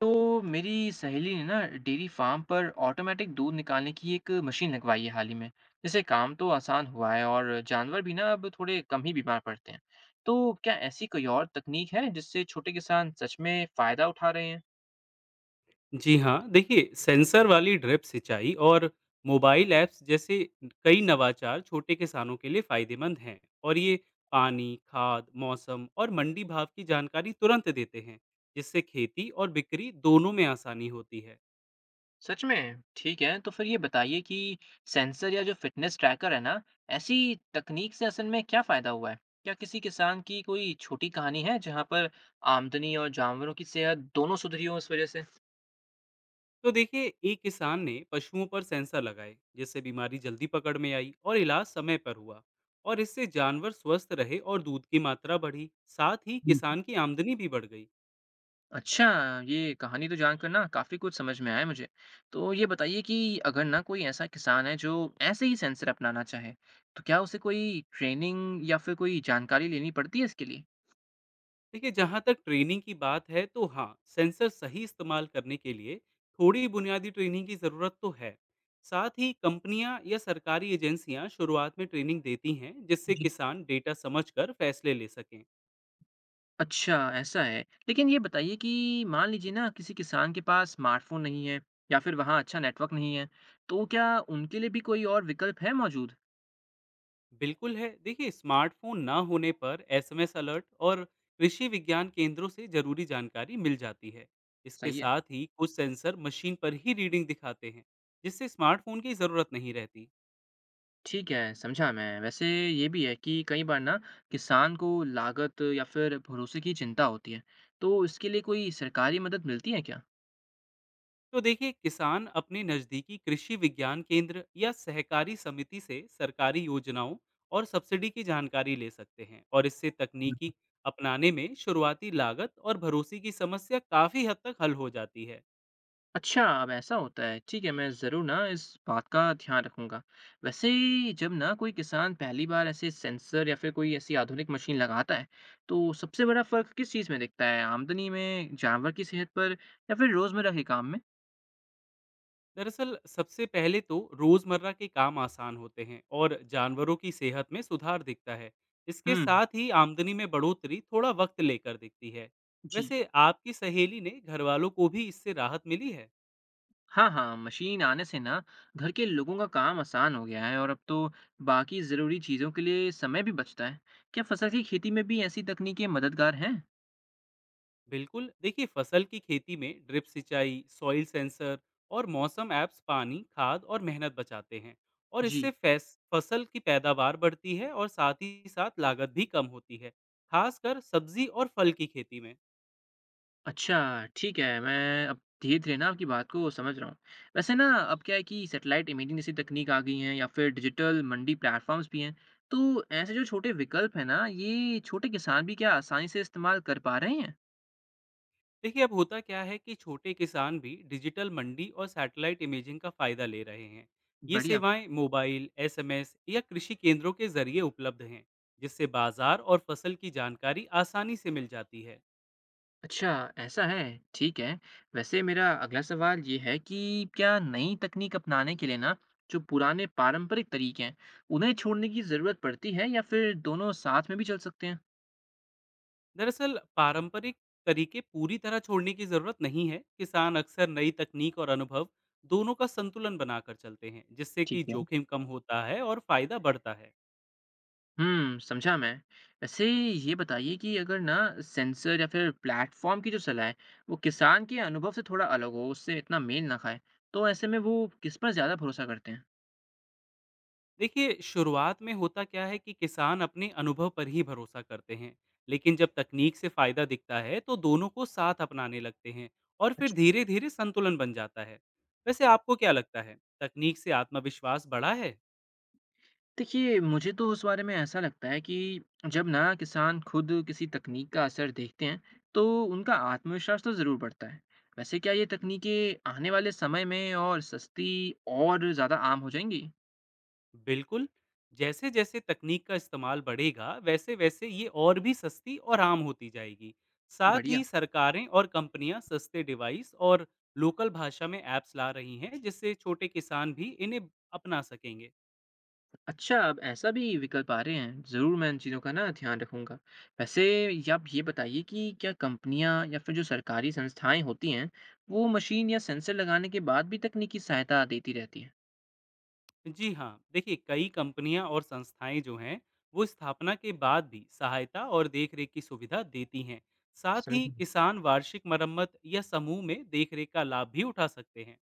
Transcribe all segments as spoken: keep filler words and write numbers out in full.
तो मेरी सहेली ने ना डेयरी फार्म पर ऑटोमेटिक दूध निकालने की एक मशीन लगवाई है हाल ही में। जिससे काम तो आसान हुआ है और जानवर भी ना अब थोड़े कम ही बीमार पड़ते हैं। तो क्या ऐसी कोई और तकनीक है जिससे छोटे किसान सच में फायदा उठा रहे हैं? जी हाँ, देखिए सेंसर वाली ड्रिप सिंचाई और मोबाइल ऐप्स जैसे कई नवाचार छोटे किसानों के लिए फायदेमंद हैं। और ये पानी, खाद, मौसम और मंडी भाव की जानकारी तुरंत देते हैं, जिससे खेती और बिक्री दोनों में आसानी होती है। सच में ठीक है। तो फिर ये बताइए कि सेंसर या जो फिटनेस ट्रैकर है ना, ऐसी तकनीक से असल में क्या फायदा हुआ है? क्या किसी किसान की कोई छोटी कहानी है जहाँ पर आमदनी और जानवरों की सेहत दोनों सुधरी हो इस वजह से? तो देखिए, एक किसान ने पशुओं पर सेंसर लगाए, जिससे बीमारी जल्दी पकड़ में आई और इलाज समय पर हुआ। और इससे जानवर स्वस्थ रहे और दूध की मात्रा बढ़ी, साथ ही किसान की आमदनी भी बढ़ गई। अच्छा, ये कहानी तो जानकर ना काफ़ी कुछ समझ में आया मुझे। तो ये बताइए कि अगर ना कोई ऐसा किसान है जो ऐसे ही सेंसर अपनाना चाहे, तो क्या उसे कोई ट्रेनिंग या फिर कोई जानकारी लेनी पड़ती है इसके लिए? देखिए, जहाँ तक ट्रेनिंग की बात है तो हाँ, सेंसर सही इस्तेमाल करने के लिए थोड़ी बुनियादी ट्रेनिंग की ज़रूरत तो है। साथ ही कंपनियां या सरकारी एजेंसियां शुरुआत में ट्रेनिंग देती हैं, जिससे जी। किसान डेटा समझकर फैसले ले सकें। अच्छा, ऐसा है। लेकिन ये बताइए कि मान लीजिए ना किसी किसान के पास स्मार्टफ़ोन नहीं है या फिर वहाँ अच्छा नेटवर्क नहीं है, तो क्या उनके लिए भी कोई और विकल्प है मौजूद? बिल्कुल है, देखिए स्मार्टफोन ना होने पर एस एम एस अलर्ट और कृषि विज्ञान केंद्रों से जरूरी जानकारी मिल जाती है। इसके सही है। साथ ही कुछ सेंसर मशीन पर ही रीडिंग दिखाते हैं, जिससे स्मार्टफोन की ज़रूरत नहीं रहती। ठीक है, समझा मैं। वैसे ये भी है कि कई बार ना किसान को लागत या फिर भरोसे की चिंता होती है, तो इसके लिए कोई सरकारी मदद मिलती है क्या? तो देखिए, किसान अपने नज़दीकी कृषि विज्ञान केंद्र या सहकारी समिति से सरकारी योजनाओं और सब्सिडी की जानकारी ले सकते हैं, और इससे हम्म। तकनीकी अपनाने में शुरुआती लागत और भरोसे की समस्या काफ़ी हद तक हल हो जाती है। अच्छा, अब ऐसा होता है। ठीक है, मैं ज़रूर ना इस बात का ध्यान रखूंगा। वैसे जब ना कोई किसान पहली बार ऐसे सेंसर या फिर कोई ऐसी आधुनिक मशीन लगाता है, तो सबसे बड़ा फ़र्क किस चीज़ में दिखता है? आमदनी में, जानवर की सेहत पर या फिर रोज़मर्रा के काम में? दरअसल सबसे पहले तो रोज़मर्रा के काम आसान होते हैं और जानवरों की सेहत में सुधार दिखता है। इसके हम्म, साथ ही आमदनी में बढ़ोतरी थोड़ा वक्त लेकर दिखती है। जी। वैसे आपकी सहेली ने घर वालों को भी इससे राहत मिली है। हाँ, हाँ, मशीन आने से ना घर के लोगों का काम आसान हो गया है और अब तो बाकी ज़रूरी चीज़ों के लिए समय भी बचता है। क्या फसल की खेती में भी ऐसी तकनीकें मददगार हैं? बिल्कुल, देखिए फसल की खेती में ड्रिप सिंचाई, सॉइल सेंसर और मौसम ऐप्स पानी, खाद और मेहनत बचाते हैं। और जी। इससे फैस- फसल की पैदावार बढ़ती है और साथ ही साथ लागत भी कम होती है, खासकर सब्जी और फल की खेती में। अच्छा, ठीक है, मैं अब धीरे-धीरे ना आपकी बात को समझ रहा हूँ। वैसे ना अब क्या है कि सैटेलाइट इमेजिंग जैसी तकनीक आ गई हैं या फिर डिजिटल मंडी प्लेटफॉर्म्स भी हैं। तो ऐसे जो छोटे विकल्प हैं ना, ये छोटे किसान भी क्या आसानी से इस्तेमाल कर पा रहे हैं? देखिए, अब होता क्या है कि छोटे किसान भी डिजिटल मंडी और सैटेलाइट इमेजिंग का फायदा ले रहे हैं। ये बढ़िया। सेवाएं मोबाइल एस एम एस या कृषि केंद्रों के जरिए उपलब्ध हैं, जिससे बाजार और फसल की जानकारी आसानी से मिल जाती है। अच्छा, ऐसा है, ठीक है। वैसे मेरा अगला सवाल ये है कि क्या नई तकनीक अपनाने के लिए ना जो पुराने पारंपरिक तरीके हैं, उन्हें छोड़ने की ज़रूरत पड़ती है या फिर दोनों साथ में भी चल सकते हैं? दरअसल पारंपरिक तरीके पूरी तरह छोड़ने की जरूरत नहीं है। किसान अक्सर नई तकनीक और अनुभव दोनों का संतुलन बनाकर चलते हैं, जिससे ठीक कि है। जोखिम कम होता है और फायदा बढ़ता है। हुँ, समझा मैं। वैसे ये बताइए कि अगर ना सेंसर या फिर प्लेटफ़ॉर्म की जो सलाह है, वो किसान के अनुभव से थोड़ा अलग हो, उससे इतना मेल ना खाए, तो ऐसे में वो किस पर ज़्यादा भरोसा करते हैं? देखिए, शुरुआत में होता क्या है कि किसान अपने अनुभव पर ही भरोसा करते हैं, लेकिन जब तकनीक से फायदा दिखता है तो दोनों को साथ अपनाने लगते हैं, और फिर अच्छा। धीरे धीरे संतुलन बन जाता है। वैसे आपको क्या लगता है, तकनीक से आत्मविश्वास बढ़ा है? देखिए, मुझे तो उस बारे में ऐसा लगता है कि जब ना किसान खुद किसी तकनीक का असर देखते हैं, तो उनका आत्मविश्वास तो ज़रूर बढ़ता है। वैसे क्या ये तकनीकें आने वाले समय में और सस्ती और ज़्यादा आम हो जाएँगी? बिल्कुल, जैसे-जैसे तकनीक का इस्तेमाल बढ़ेगा, वैसे-वैसे ये और भी सस्ती और आम होती जाएगी। साथ बढ़िया। ही सरकारें और कंपनियां सस्ते डिवाइस और लोकल भाषा में ऐप्स ला रही हैं, जिससे छोटे किसान भी इन्हें अपना सकेंगे। अच्छा, अब ऐसा भी विकल्प आ रहे हैं। ज़रूर मैं इन चीज़ों का ना ध्यान रखूँगा। वैसे, या आप ये बताइए कि क्या कंपनियाँ या फिर जो सरकारी संस्थाएँ होती हैं, वो मशीन या सेंसर लगाने के बाद भी तकनीकी सहायता देती रहती हैं? जी हाँ, देखिए कई कंपनियां और संस्थाएं जो हैं, वो स्थापना के बाद भी सहायता और देखरेख की सुविधा देती हैं। साथ सही। ही किसान वार्षिक मरम्मत या समूह में देखरेख का लाभ भी उठा सकते हैं।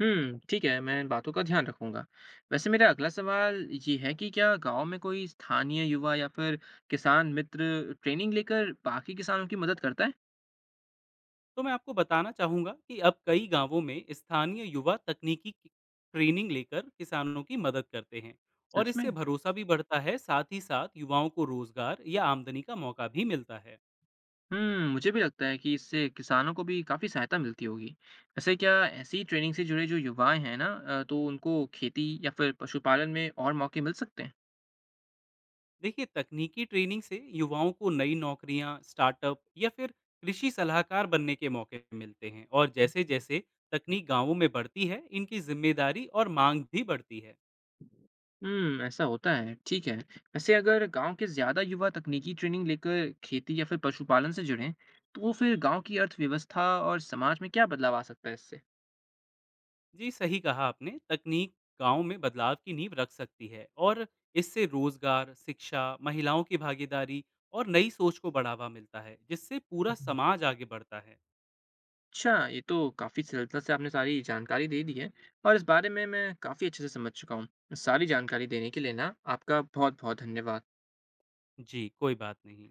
हुँ, ठीक है, मैं इन बातों का ध्यान रखूँगा। वैसे मेरा अगला सवाल ये है कि क्या गाँव में कोई स्थानीय युवा या फिर किसान मित्र ट्रेनिंग लेकर बाकी किसानों की मदद करता है? तो मैं आपको बताना चाहूँगा कि अब कई गांवों में स्थानीय युवा तकनीकी की- ट्रेनिंग लेकर किसानों की मदद करते हैं। और सच में? इससे भरोसा भी बढ़ता है, साथ ही साथ युवाओं को रोजगार या आमदनी का मौका भी मिलता है। हुँ, मुझे भी लगता है कि इससे किसानों को भी काफ़ी सहायता मिलती होगी। वैसे क्या ऐसी ट्रेनिंग से जुड़े जो युवाएँ हैं ना, अ, तो उनको खेती या फिर पशुपालन में और मौके मिल सकते हैं? देखिए, तकनीकी ट्रेनिंग से युवाओं को नई नौकरियां, स्टार्टअप या फिर कृषि सलाहकार बनने के मौके मिलते हैं, और जैसे जैसे तकनीक गांवों में बढ़ती है, इनकी जिम्मेदारी और मांग भी बढ़ती है। हुँ, ऐसा होता है, ठीक है। वैसे अगर गाँव के ज़्यादा युवा तकनीकी ट्रेनिंग लेकर खेती या फिर पशुपालन से जुड़ें, तो वो फिर गाँव की अर्थव्यवस्था और समाज में क्या बदलाव आ सकता है इससे? जी सही कहा आपने, तकनीक गांव में बदलाव की नींव रख सकती है। और इससे रोजगार, शिक्षा, महिलाओं की भागीदारी और नई सोच को बढ़ावा मिलता है, जिससे पूरा समाज आगे बढ़ता है। अच्छा, ये तो काफ़ी सरलता से आपने सारी जानकारी दे दी है और इस बारे में मैं काफ़ी अच्छे से समझ चुका हूँ। सारी जानकारी देने के लिए ना आपका बहुत-बहुत धन्यवाद। जी, कोई बात नहीं।